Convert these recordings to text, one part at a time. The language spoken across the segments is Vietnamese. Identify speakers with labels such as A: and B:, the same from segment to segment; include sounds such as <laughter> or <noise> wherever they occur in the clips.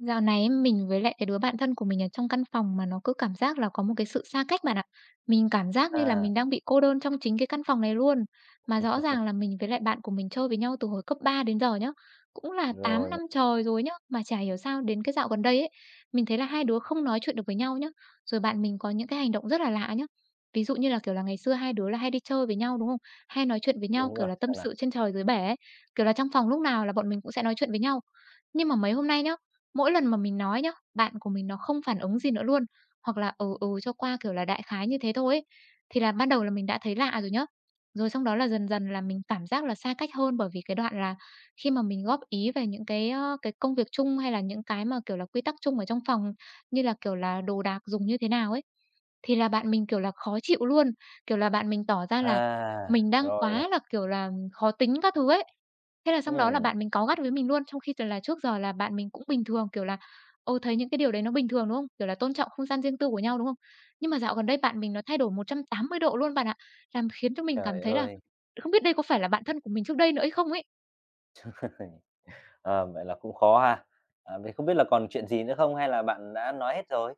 A: Dạo này ấy, mình với lại cái đứa bạn thân của mình ở trong căn phòng mà nó cứ cảm giác là có một cái sự xa cách bạn ạ. Mình cảm giác như là
B: À,
A: mình đang bị cô đơn trong chính cái căn phòng này luôn. Mà rõ ràng
B: <laughs>
A: là mình với lại bạn của mình chơi với nhau từ hồi cấp 3 đến giờ nhá. Cũng là 8
B: rồi nè,
A: năm trời rồi nhá. Mà chả hiểu sao đến cái dạo gần đây ấy, mình thấy là hai đứa không nói chuyện được với nhau nhá. Rồi bạn mình có những cái hành động rất là lạ nhá. Ví dụ như là kiểu là ngày xưa hai đứa là hay đi chơi với nhau đúng không? Hay nói chuyện với nhau
B: đúng
A: kiểu
B: rồi,
A: là tâm
B: sao nào?
A: sự trên trời dưới bể ấy. Kiểu là trong phòng lúc nào là bọn mình cũng sẽ nói chuyện với nhau. Nhưng mà mấy hôm nay nhá, mỗi lần mà mình nói nhá, bạn của mình nó không phản ứng gì nữa luôn, hoặc là "ừ, ừ" cho qua, kiểu là, đại khái như thế thôi ấy. Thì là ban đầu là mình đã thấy lạ rồi nhá, rồi xong đó là dần dần là mình cảm giác là xa cách hơn bởi vì cái đoạn là khi mà mình góp ý về những cái, cái công việc chung hay là những cái mà, kiểu là, quy tắc chung ở trong phòng, như là, kiểu là, đồ đạc dùng như thế nào ấy, thì là bạn mình, kiểu là, khó chịu luôn, kiểu là, bạn mình tỏ ra là
B: À,
A: mình đang
B: rồi nè,
A: quá là, kiểu là, khó tính các thứ ấy. Thế là xong đó là
B: ừm,
A: bạn mình cáu gắt với mình luôn, trong khi t là trước giờ là bạn mình cũng bình thường, kiểu là, ừ, thấy những cái điều đấy nó bình thường, đúng không? Kiểu là tôn trọng không gian riêng tư của nhau, đúng không? Nhưng mà dạo gần đây bạn mình nó thay đổi 180 độ luôn bạn ạ, làm khiến cho mình cảm
B: trời
A: thấy là
B: ơi!
A: không biết đây có phải là bạn thân của mình trước đây nữa hay không ấy.
B: <laughs> Ờ, vậy là cũng khó ha. À, vậy không biết là còn chuyện gì nữa không hay là bạn đã nói hết rồi?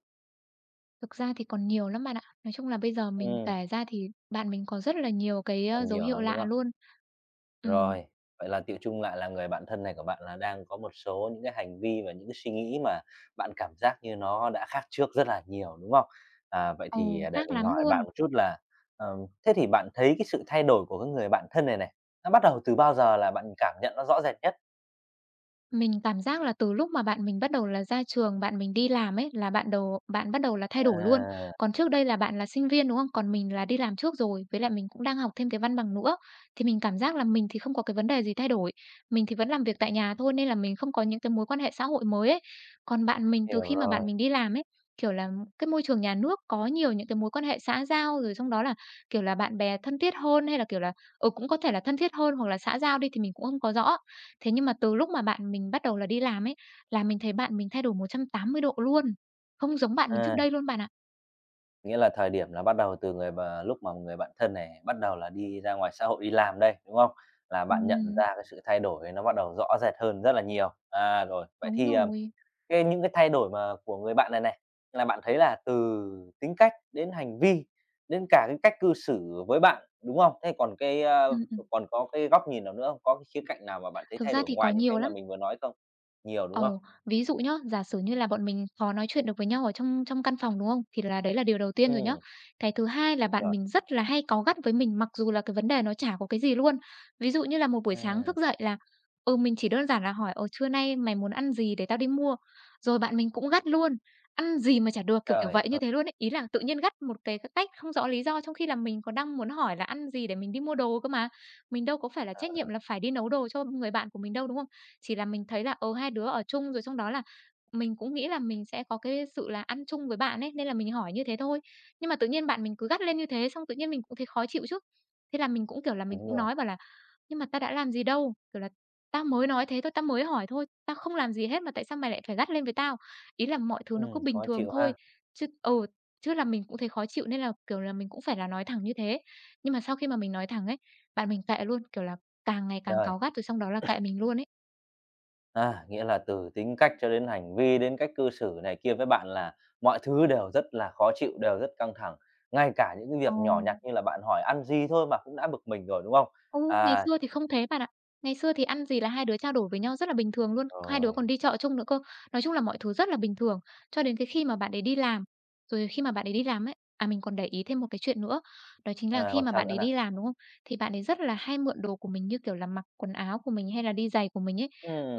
A: Thực ra thì còn nhiều lắm bạn ạ. Nói chung là bây giờ mình
B: Ừm,
A: kể ra thì bạn mình có rất là nhiều cái,
B: còn
A: dấu
B: nhiều
A: hiệu
B: lắm, đúng
A: lạ
B: không?
A: luôn. Ừm,
B: Rồi, vậy là tựu chung lại là người bạn thân này của bạn là đang có một số những cái hành vi và những cái suy nghĩ mà bạn cảm giác như nó đã khác trước rất là nhiều, đúng không? À, vậy thì,
A: ồ
B: à, để
A: khác
B: mình
A: lắm
B: hỏi
A: luôn.
B: bạn một chút là, ờ, thế thì bạn thấy cái sự thay đổi của cái người bạn thân này này, nó bắt đầu từ bao giờ là bạn cảm nhận nó rõ rệt nhất?
A: Mình cảm giác là từ lúc mà bạn mình bắt đầu là ra trường, bạn mình đi làm ấy, là bạn đầu bạn bắt đầu là thay đổi luôn.
B: À,
A: Còn trước đây là bạn là sinh viên, đúng không? Còn mình là đi làm trước rồi, với lại mình cũng đang học thêm cái văn bằng nữa. Thì mình cảm giác là mình thì không có cái vấn đề gì thay đổi, mình thì vẫn làm việc tại nhà thôi nên là mình không có những cái mối quan hệ xã hội mới ấy. Còn bạn mình từ
B: hiểu
A: khi mà bạn
B: rồi.
A: mình đi làm ấy, kiểu là, cái môi trường nhà nước có nhiều những cái mối quan hệ xã giao, rồi trong đó là, kiểu là, bạn bè thân thiết hơn hay là, kiểu là, ừ, cũng có thể là thân thiết hơn hoặc là xã giao đi thì mình cũng không có rõ. Thế nhưng mà từ lúc mà bạn mình bắt đầu là đi làm ấy, là mình thấy bạn mình thay đổi 180 độ luôn, không giống bạn mình
B: À,
A: trước đây luôn bạn ạ.
B: nghĩa là thời điểm là bắt đầu từ người mà lúc mà người bạn thân này bắt đầu là đi ra ngoài xã hội đi làm đây, đúng không? Là bạn nhận
A: Ừm,
B: ra cái sự thay đổi ấy nó bắt đầu rõ rệt hơn rất là nhiều. À, rồi, vậy
A: đúng
B: thì, ờ,
A: rồi.
B: cái những cái thay đổi mà của người bạn này này, là bạn thấy là từ tính cách đến hành vi, đến cả cái cách cư xử với bạn, đúng không? Thế còn cái,
A: Ừm, ừm.
B: còn có cái góc nhìn nào nữa không? Có cái khía cạnh nào mà bạn thấy
A: Thực
B: thay
A: ra
B: đổi
A: thì có
B: ngoài những
A: nhiều
B: cái mà
A: lắm.
B: mình vừa nói không? Nhiều, đúng không?
A: Ồ, ví dụ nhá, giả sử như là bọn mình khó nói chuyện được với nhau ở trong trong căn phòng, đúng không? Thì là đấy là điều đầu tiên rồi nhá.
B: Ừm,
A: Cái thứ hai là
B: đúng
A: bạn
B: rồi.
A: mình rất là hay cáu gắt với mình mặc dù là cái vấn đề nó chả có cái gì luôn. Ví dụ như là một buổi sáng
B: À,
A: thức dậy là, ừ, mình chỉ đơn giản là hỏi: "Ờ, trưa nay mày muốn ăn gì để tao đi mua?" Rồi bạn mình cũng gắt luôn: "Ăn gì mà chả được", kiểu
B: trời
A: vậy, như thế luôn ấy. Ý là tự nhiên gắt một cái cách không rõ lý do, trong khi là mình còn đang muốn hỏi là ăn gì để mình đi mua đồ cơ mà. Mình đâu có phải là trách nhiệm là phải đi nấu đồ cho người bạn của mình đâu, đúng không? Chỉ là mình thấy là, ừ, hai đứa ở chung rồi xong đó là mình cũng nghĩ là mình sẽ có cái sự là ăn chung với bạn ấy, nên là mình hỏi như thế thôi. Nhưng mà tự nhiên bạn mình cứ gắt lên như thế, xong tự nhiên mình cũng thấy khó chịu chứ. Thế là mình cũng, kiểu là, mình
B: Đúng
A: cũng
B: rồi,
A: nói bảo là "Nhưng mà ta đã làm gì đâu, kiểu là, tao mới nói thế thôi, tao mới hỏi thôi, tao không làm gì hết mà tại sao mày lại phải gắt lên với tao?" Ý là mọi thứ nó cứ bình
B: khó
A: thường
B: chịu
A: thôi,
B: ha.
A: chứ chứ là mình cũng thấy khó chịu nên là, kiểu là, mình cũng phải là nói thẳng như thế. Nhưng mà sau khi mà mình nói thẳng ấy, bạn mình kệ luôn, kiểu là, càng ngày càng
B: Trời,
A: cáu gắt rồi xong đó là kệ mình luôn ấy.
B: à, nghĩa là từ tính cách cho đến hành vi, đến cách cư xử này kia với bạn là mọi thứ đều rất là khó chịu, đều rất căng thẳng. Ngay cả những cái
A: Ồ,
B: việc nhỏ nhặt như là bạn hỏi ăn gì thôi mà cũng đã bực mình rồi, đúng không?
A: ô, ngày
B: À,
A: xưa thì không thế bạn ạ. Ngày xưa thì ăn gì là hai đứa trao đổi với nhau rất là bình thường luôn, hai đứa còn
B: rồi,
A: đi chợ chung nữa cơ. Nói chung là mọi thứ rất là bình thường, cho đến cái khi mà bạn ấy đi làm. Rồi khi mà bạn ấy đi làm ấy, à, mình còn để ý thêm một cái chuyện nữa, đó chính là
B: à,
A: khi
B: còn
A: mà
B: sao
A: bạn
B: nữa
A: ấy
B: nào?
A: đi làm, đúng không? Thì bạn ấy rất là hay mượn đồ của mình, như kiểu là, mặc quần áo của mình hay là đi giày của mình ấy.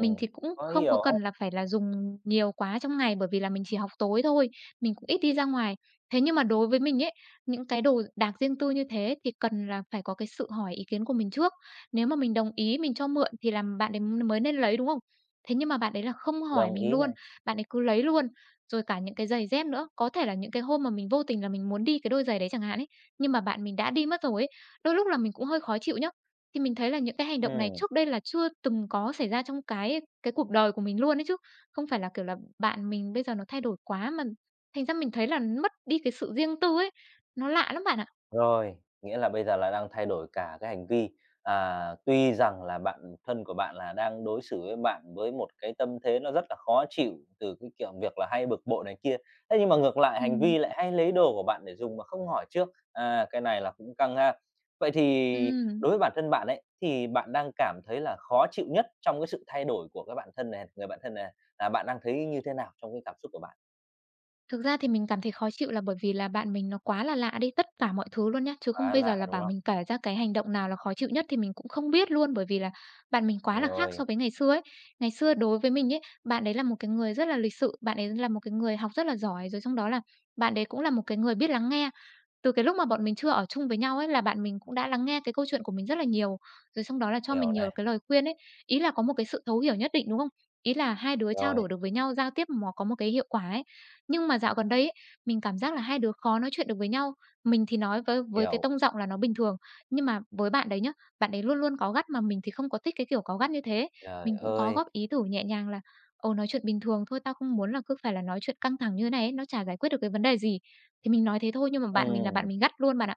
A: Mình thì cũng
B: khó
A: không có
B: hiểu ha,
A: cần là phải là dùng nhiều quá trong ngày, bởi vì là mình chỉ học tối thôi, mình cũng ít đi ra ngoài. Thế nhưng mà đối với mình ấy, những cái đồ đạc riêng tư như thế thì cần là phải có cái sự hỏi ý kiến của mình trước. Nếu mà mình đồng ý mình cho mượn thì là bạn ấy mới nên lấy, đúng không? Thế nhưng mà bạn ấy là không hỏi
B: đồng
A: mình
B: ý
A: luôn,
B: này,
A: bạn ấy cứ lấy luôn. Rồi cả những cái giày dép nữa, có thể là những cái hôm mà mình vô tình là mình muốn đi cái đôi giày đấy chẳng hạn ấy, nhưng mà bạn mình đã đi mất rồi ấy, đôi lúc là mình cũng hơi khó chịu nhá. Thì mình thấy là những cái hành động này
B: ừm.
A: trước đây là chưa từng có xảy ra trong cái cuộc đời của mình luôn ấy chứ. Không phải là, kiểu là, bạn mình bây giờ nó thay đổi quá mà thành ra mình thấy là mất đi cái sự riêng tư ấy. Nó lạ lắm bạn ạ.
B: Rồi, nghĩa là bây giờ là đang thay đổi cả cái hành vi. À, tuy rằng là bạn thân của bạn là đang đối xử với bạn với một cái tâm thế nó rất là khó chịu từ cái kiểu việc là hay bực bội này kia. Thế nhưng mà ngược lại hành
A: Ừm,
B: vi lại hay lấy đồ của bạn để dùng mà không hỏi trước. À, cái này là cũng căng ha. Vậy thì
A: ừm.
B: đối với bản thân bạn ấy thì bạn đang cảm thấy là khó chịu nhất trong cái sự thay đổi của cái bạn thân này, người bạn thân này là bạn đang thấy như thế nào trong cái cảm xúc của bạn?
A: Thực ra thì mình cảm thấy khó chịu là bởi vì là bạn mình nó quá là lạ đi, tất cả mọi thứ luôn nhá, chứ không
B: Quá
A: bây giờ
B: lạ,
A: là
B: đúng
A: bảo
B: không?
A: mình kể ra cái hành động nào là khó chịu nhất thì mình cũng không biết luôn, bởi vì là bạn mình quá là khác
B: Rồi,
A: so với ngày xưa ấy. Ngày xưa đối với mình ấy, bạn đấy là một cái người rất là lịch sự, bạn ấy là một cái người học rất là giỏi, rồi xong đó là bạn đấy cũng là một cái người biết lắng nghe. Từ cái lúc mà bọn mình chưa ở chung với nhau ấy, là bạn mình cũng đã lắng nghe cái câu chuyện của mình rất là nhiều, rồi xong đó là cho
B: hiểu
A: mình nhiều
B: này,
A: cái lời khuyên ấy. Ý là có một cái sự thấu hiểu nhất định, đúng không? Ý là hai đứa trao
B: rồi,
A: đổi được với nhau, giao tiếp mà có một cái hiệu quả ấy. Nhưng mà dạo gần đây ấy, mình cảm giác là hai đứa khó nói chuyện được với nhau. Mình thì nói với cái
B: hiểu.
A: tông giọng là nó bình thường, nhưng mà với bạn đấy nhá, bạn ấy luôn luôn cáu gắt mà mình thì không có thích cái kiểu cáu gắt như thế.
B: Trời
A: Mình cũng có
B: ơi!
A: góp ý thử nhẹ nhàng là ồ nói chuyện bình thường thôi, tao không muốn là cứ phải là nói chuyện căng thẳng như thế này ấy, nó chả giải quyết được cái vấn đề gì." Thì mình nói thế thôi nhưng mà bạn mình là bạn
B: Ừm,
A: mình gắt luôn bạn ạ.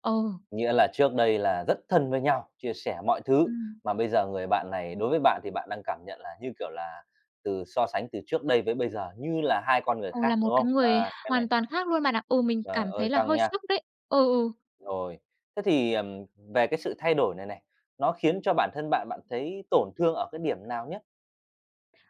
A: Ồ,
B: nghĩa là trước đây là rất thân với nhau, chia sẻ mọi thứ,
A: ừm.
B: mà bây giờ người bạn này đối với bạn thì bạn đang cảm nhận là, như kiểu là, từ so sánh từ trước đây với bây giờ như là hai con người
A: Ừ, là
B: khác,
A: một
B: đúng
A: cái
B: không?
A: người
B: À, cái này
A: hoàn toàn khác luôn bạn ạ. Ừ, mình
B: trời
A: cảm
B: ơi,
A: thấy là
B: căng
A: hơi
B: nha.
A: sốc đấy. Ừ, ừ.
B: Rồi, thế thì, về cái sự thay đổi này này, nó khiến cho bản thân bạn, bạn thấy tổn thương ở cái điểm nào nhất?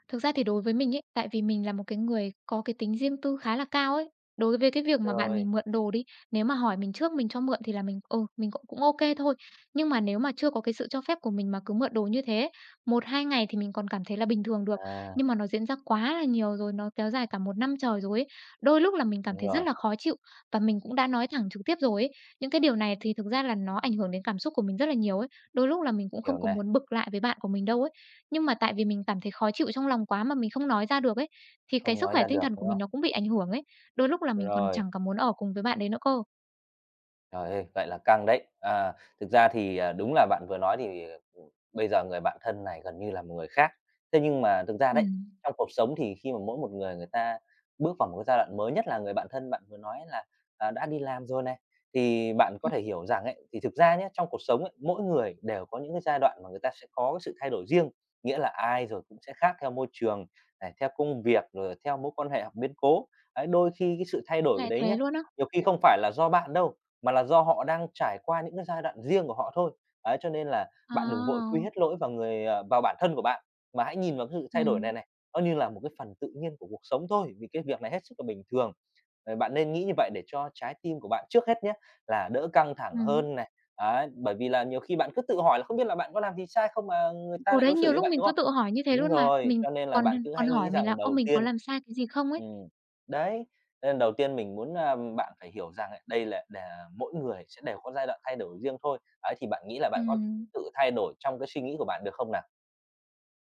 A: Thực ra thì đối với mình ấy, tại vì mình là một cái người có cái tính riêng tư khá là cao ấy, đối với cái việc mà bạn
B: Rồi,
A: mình mượn đồ đi, nếu mà hỏi mình trước mình cho mượn thì là mình cũng cũng ô thôi. Nhưng mà nếu mà chưa có cái sự cho phép của mình mà cứ mượn đồ như thế, một 2 ngày thì mình còn cảm thấy là bình thường được,
B: à,
A: nhưng mà nó diễn ra quá là nhiều rồi, nó kéo dài cả một năm trời rồi ấy, đôi lúc là mình cảm
B: đúng
A: thấy rất
B: rồi,
A: là khó chịu và mình cũng đã nói thẳng trực tiếp rồi ấy. Những cái điều này thì thực ra là nó ảnh hưởng đến cảm xúc của mình rất là nhiều ấy, đôi lúc là mình cũng
B: hiểu
A: không có
B: này,
A: muốn bực lại với bạn của mình đâu ấy. Nhưng mà tại vì mình cảm thấy khó chịu trong lòng quá mà mình không nói ra được ấy, thì cái
B: không
A: sức
B: nói
A: khỏe
B: ra
A: tinh
B: được,
A: thần của
B: đúng
A: mình
B: không?
A: nó cũng bị ảnh hưởng ấy. Đôi lúc là mình còn
B: Rồi.
A: chẳng có muốn ở cùng với bạn đấy nữa cơ.
B: Trời ơi, vậy là căng đấy. À, thực ra thì, à, đúng là bạn vừa nói thì, ừ, bây giờ người bạn thân này gần như là một người khác. Thế nhưng mà thực ra đấy,
A: Ừm,
B: trong cuộc sống thì khi mà mỗi một người người ta bước vào một cái giai đoạn mới, nhất là người bạn thân bạn vừa nói là, à, đã đi làm rồi này, thì bạn có
A: ừm.
B: thể hiểu rằng ấy, thì thực ra nhé trong cuộc sống ấy, mỗi người đều có những cái giai đoạn mà người ta sẽ có cái sự thay đổi riêng. Nghĩa là ai rồi cũng sẽ khác theo môi trường này, theo công việc, rồi theo mối quan hệ hoặc biến cố. Ấy, đôi khi cái sự thay đổi
A: Lại
B: đấy
A: thế
B: nhé
A: luôn á?
B: nhiều khi không phải là do bạn đâu, mà là do họ đang trải qua những cái giai đoạn riêng của họ thôi. Ấy, cho nên là bạn đừng vội quy
A: À.
B: hết lỗi vào người, vào bản thân của bạn, mà hãy nhìn vào cái sự thay đổi này
A: Ừm,
B: này, nó như là một cái phần tự nhiên của cuộc sống thôi, vì cái việc này hết sức là bình thường. Ờ, bạn nên nghĩ như vậy để cho trái tim của bạn trước hết nhé, là đỡ căng thẳng
A: ừm.
B: hơn này, ấy, bởi vì là nhiều khi bạn cứ tự hỏi là không biết là bạn có làm gì sai không mà người ta
A: Ừ,
B: lại
A: đấy,
B: đối xử
A: nhiều
B: như
A: lúc
B: vậy,
A: mình
B: đúng
A: cứ
B: không?
A: tự hỏi như thế
B: Đúng
A: luôn mà.
B: rồi,
A: Mình
B: cho nên là
A: còn
B: bạn cứ
A: còn
B: hãy
A: hỏi
B: nghĩ
A: mình là
B: rằng
A: "Ơ,
B: đầu
A: mình có
B: tiên
A: làm sai cái gì không?" ấy.
B: ừm, đấy, nên đầu tiên mình muốn, a, bạn phải hiểu rằng ấy, đây là để mỗi người sẽ đều có giai đoạn thay đổi riêng thôi. Ấy, thì bạn nghĩ là bạn có
A: Ừm.
B: tự thay đổi trong cái suy nghĩ của bạn được không nào?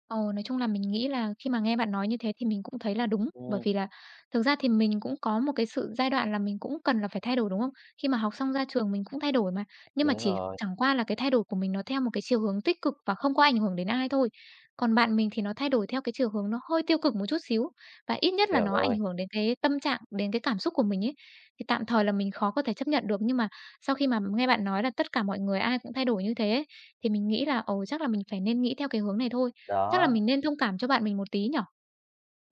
A: Ồ, nói chung là mình nghĩ là khi mà nghe bạn nói như thế thì mình cũng thấy là đúng, bởi
B: Ừm,
A: vì là thực ra thì mình cũng có một cái sự giai đoạn là mình cũng cần là phải thay đổi, đúng không? Khi mà học xong ra trường mình cũng thay đổi mà, nhưng mà
B: đúng
A: chỉ
B: rồi,
A: chẳng qua là cái thay đổi của mình nó theo một cái chiều hướng tích cực và không có ảnh hưởng đến ai thôi. Còn bạn mình thì nó thay đổi theo cái chiều hướng nó hơi tiêu cực một chút xíu và ít nhất là
B: hiểu
A: nó ảnh
B: rồi.
A: hưởng đến cái tâm trạng, đến cái cảm xúc của mình ấy. Thì tạm thời là mình khó có thể chấp nhận được, nhưng mà sau khi mà nghe bạn nói là tất cả mọi người ai cũng thay đổi như thế ấy, thì mình nghĩ là, ồ, chắc là mình phải nên nghĩ theo cái hướng này thôi. Chắc là
B: Đó.
A: mình nên thông cảm cho bạn mình một tí nhỉ?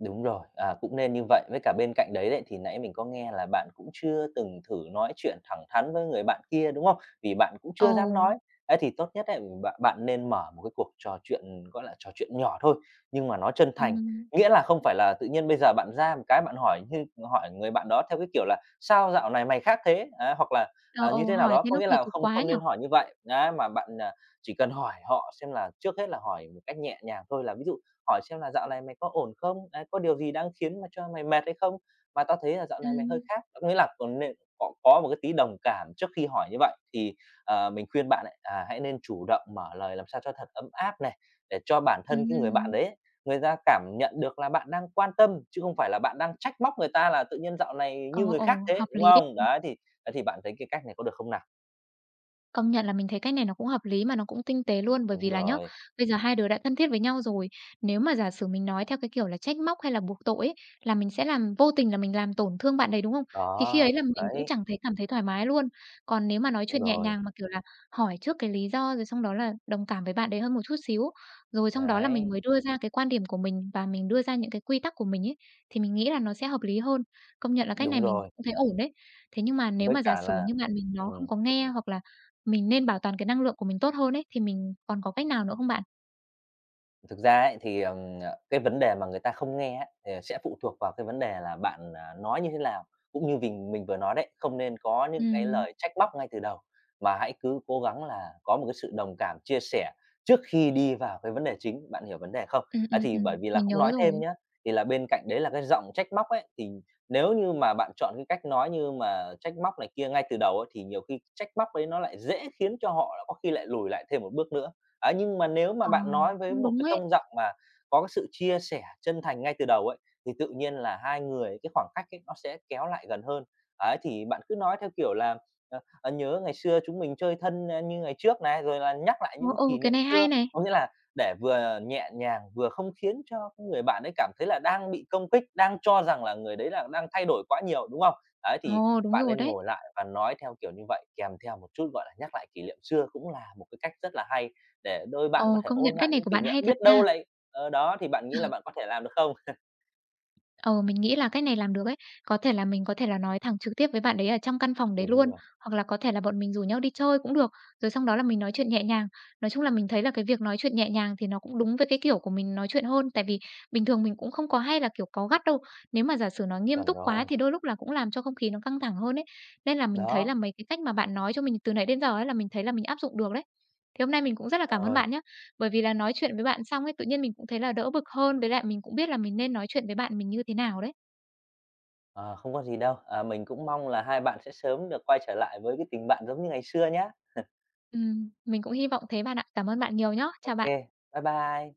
B: Đúng rồi, à, cũng nên như vậy. Với cả bên cạnh đấy đấy, thì nãy mình có nghe là bạn cũng chưa từng thử nói chuyện thẳng thắn với người bạn kia, đúng không? Vì bạn cũng
A: Ồ,
B: chưa dám nói. Ấy, thì tốt nhất ấy, bạn bạn nên mở một cái cuộc trò chuyện, gọi là, trò chuyện nhỏ thôi, nhưng mà nó chân thành.
A: ừm,
B: Nghĩa là không phải là tự nhiên bây giờ bạn ra một cái bạn hỏi người bạn đó theo cái kiểu là "Sao dạo này mày khác thế?" Á, hoặc là,
A: ờ,
B: à, như
A: ồ,
B: thế nào
A: hỏi
B: đó.
A: thế
B: Có
A: nó
B: nghĩa
A: kỳ
B: là
A: cục
B: không
A: quá
B: không
A: nhỉ?
B: nên hỏi như vậy. Á, mà bạn, à, chỉ cần hỏi họ xem là trước hết là hỏi một cách nhẹ nhàng thôi, là ví dụ hỏi xem là "Dạo này mày có ổn không? Đấy, có điều gì đang khiến mà cho mày mệt hay không? Mà tao thấy là dạo này mày hơi
A: Ừm,
B: khác." Có nghĩa là còn nên có một cái tí đồng cảm trước khi hỏi như vậy thì, ờ, mình khuyên bạn ấy, à, hãy nên chủ động mở lời làm sao cho thật ấm áp này, để cho bản thân cái người bạn
A: ừm,
B: đấy ấy, người ta cảm nhận được là bạn đang quan tâm, chứ không phải là bạn đang trách móc người ta là "Tự nhiên dạo này
A: ồ,
B: như người khác
A: ồ,
B: thế",
A: hợp
B: đúng
A: lý đấy.
B: không? Đấy, thì bạn thấy cái cách này có được không nào?
A: Công nhận là mình thấy cách này nó cũng hợp lý mà nó cũng tinh tế luôn, bởi vì
B: Đúng
A: là nhá,
B: rồi,
A: bây giờ hai đứa đã thân thiết với nhau rồi, nếu mà giả sử mình nói theo cái kiểu là trách móc hay là buộc tội ấy, là mình sẽ làm vô tình là mình làm tổn thương bạn đấy, đúng không? Thì khi
B: đó,
A: ấy là mình cũng chẳng cảm thấy thoải mái luôn. Còn nếu mà nói
B: đúng
A: chuyện nhẹ
B: rồi,
A: nhàng mà, kiểu là, hỏi trước cái lý do rồi xong đó là đồng cảm với bạn đấy hơn một chút xíu, rồi xong đó là mình
B: đấy,
A: mới đưa ra cái quan điểm của mình và mình đưa ra những cái quy tắc của mình ấy, thì mình nghĩ là nó sẽ hợp lý hơn. Công nhận là cách này
B: đúng
A: mình
B: rồi,
A: cũng thấy ổn đấy. Thế nhưng mà nếu
B: với
A: mà giả
B: cả
A: sử
B: là
A: như bạn mình nó không
B: ừm.
A: có nghe hoặc là mình nên bảo toàn cái năng lượng của mình tốt hơn ấy, thì mình còn có cách nào nữa không bạn?
B: Thực ra ấy thì, ờ, cái vấn đề mà người ta không nghe á, thì sẽ phụ thuộc vào cái vấn đề là bạn, à, nói như thế nào. Cũng như mình vừa nói đấy, không nên có những cái
A: Ừm,
B: lời trách móc ngay từ đầu, mà hãy cứ cố gắng là có một cái sự đồng cảm, chia sẻ trước khi đi vào cái vấn đề chính, bạn hiểu vấn đề không? Á, thì bởi vì là
A: Mình nhớ
B: cũng nói
A: rồi.
B: thêm nhé thì là bên cạnh đấy là cái giọng trách móc ấy, thì nếu như mà bạn chọn cái cách nói như mà trách móc này kia ngay từ đầu ấy, thì nhiều khi trách móc đấy nó lại dễ khiến cho họ là có khi lại lùi lại thêm một bước nữa. Ấy, nhưng mà nếu mà
A: Ờ.
B: bạn nói với
A: Cũng
B: một
A: đúng
B: cái
A: ấy.
B: tông giọng mà có cái sự chia sẻ chân thành ngay từ đầu ấy, thì tự nhiên là hai người cái khoảng cách ấy nó sẽ kéo lại gần hơn. Ấy, thì bạn cứ nói theo kiểu là, "Nhớ ngày xưa chúng mình chơi thân, a, như ngày trước" này, rồi là nhắc lại
A: Ờ,
B: những
A: ừ,
B: kỷ
A: cái
B: niệm
A: này hay
B: xưa.
A: này.
B: Có nghĩa là để vừa nhẹ nhàng, vừa không khiến cho cái người bạn ấy cảm thấy là đang bị công kích, đang cho rằng là người đấy là đang thay đổi quá nhiều, đúng không? Ấy, thì
A: Ồ, đúng
B: bạn
A: rồi
B: nên
A: đấy.
B: ngồi lại và nói theo kiểu như vậy, kèm theo một chút, gọi là, nhắc lại kỷ niệm xưa cũng là một cái cách rất là hay để đôi bạn có
A: Ồ,
B: thể
A: công
B: ôn
A: nhận cách
B: lại
A: này
B: những
A: của
B: kỷ
A: bạn
B: niệm,
A: hay thật
B: biết đâu
A: nha.
B: lại ờ, đó, thì bạn nghĩ là bạn có thể làm được không? <laughs>
A: Ờ, mình nghĩ là cách này làm được ấy. Có thể là nói thẳng trực tiếp với bạn đấy ở trong căn phòng đấy
B: Đúng
A: luôn,
B: rồi,
A: hoặc là có thể là bọn mình rủ nhau đi chơi cũng được, rồi xong đó là mình nói chuyện nhẹ nhàng. Nói chung là mình thấy là cái việc nói chuyện nhẹ nhàng thì nó cũng đúng với cái kiểu của mình nói chuyện hơn, tại vì bình thường mình cũng không có hay là, kiểu, cáu gắt đâu. Nếu mà giả sử nói nghiêm
B: chuẩn
A: túc quá
B: rồi.
A: thì đôi lúc là cũng làm cho không khí nó căng thẳng hơn ấy. Nên là mình thấy
B: Đó,
A: là mấy cái cách mà bạn nói cho mình từ nãy đến giờ ấy là mình thấy là mình áp dụng được đấy. Thì hôm nay mình cũng rất là cảm ơn
B: rồi,
A: bạn nhé. Bởi vì là nói chuyện với bạn xong ấy, tự nhiên mình cũng thấy là đỡ bực hơn, với lại mình cũng biết là mình nên nói chuyện với bạn mình như thế nào đấy.
B: ờ, không có gì đâu. À, mình cũng mong là hai bạn sẽ sớm được quay trở lại với cái tình bạn giống như ngày xưa nhá.
A: Mình cũng hy vọng thế bạn ạ. Cảm ơn bạn nhiều nhá.
B: OK,
A: Chào bạn.
B: bye bye.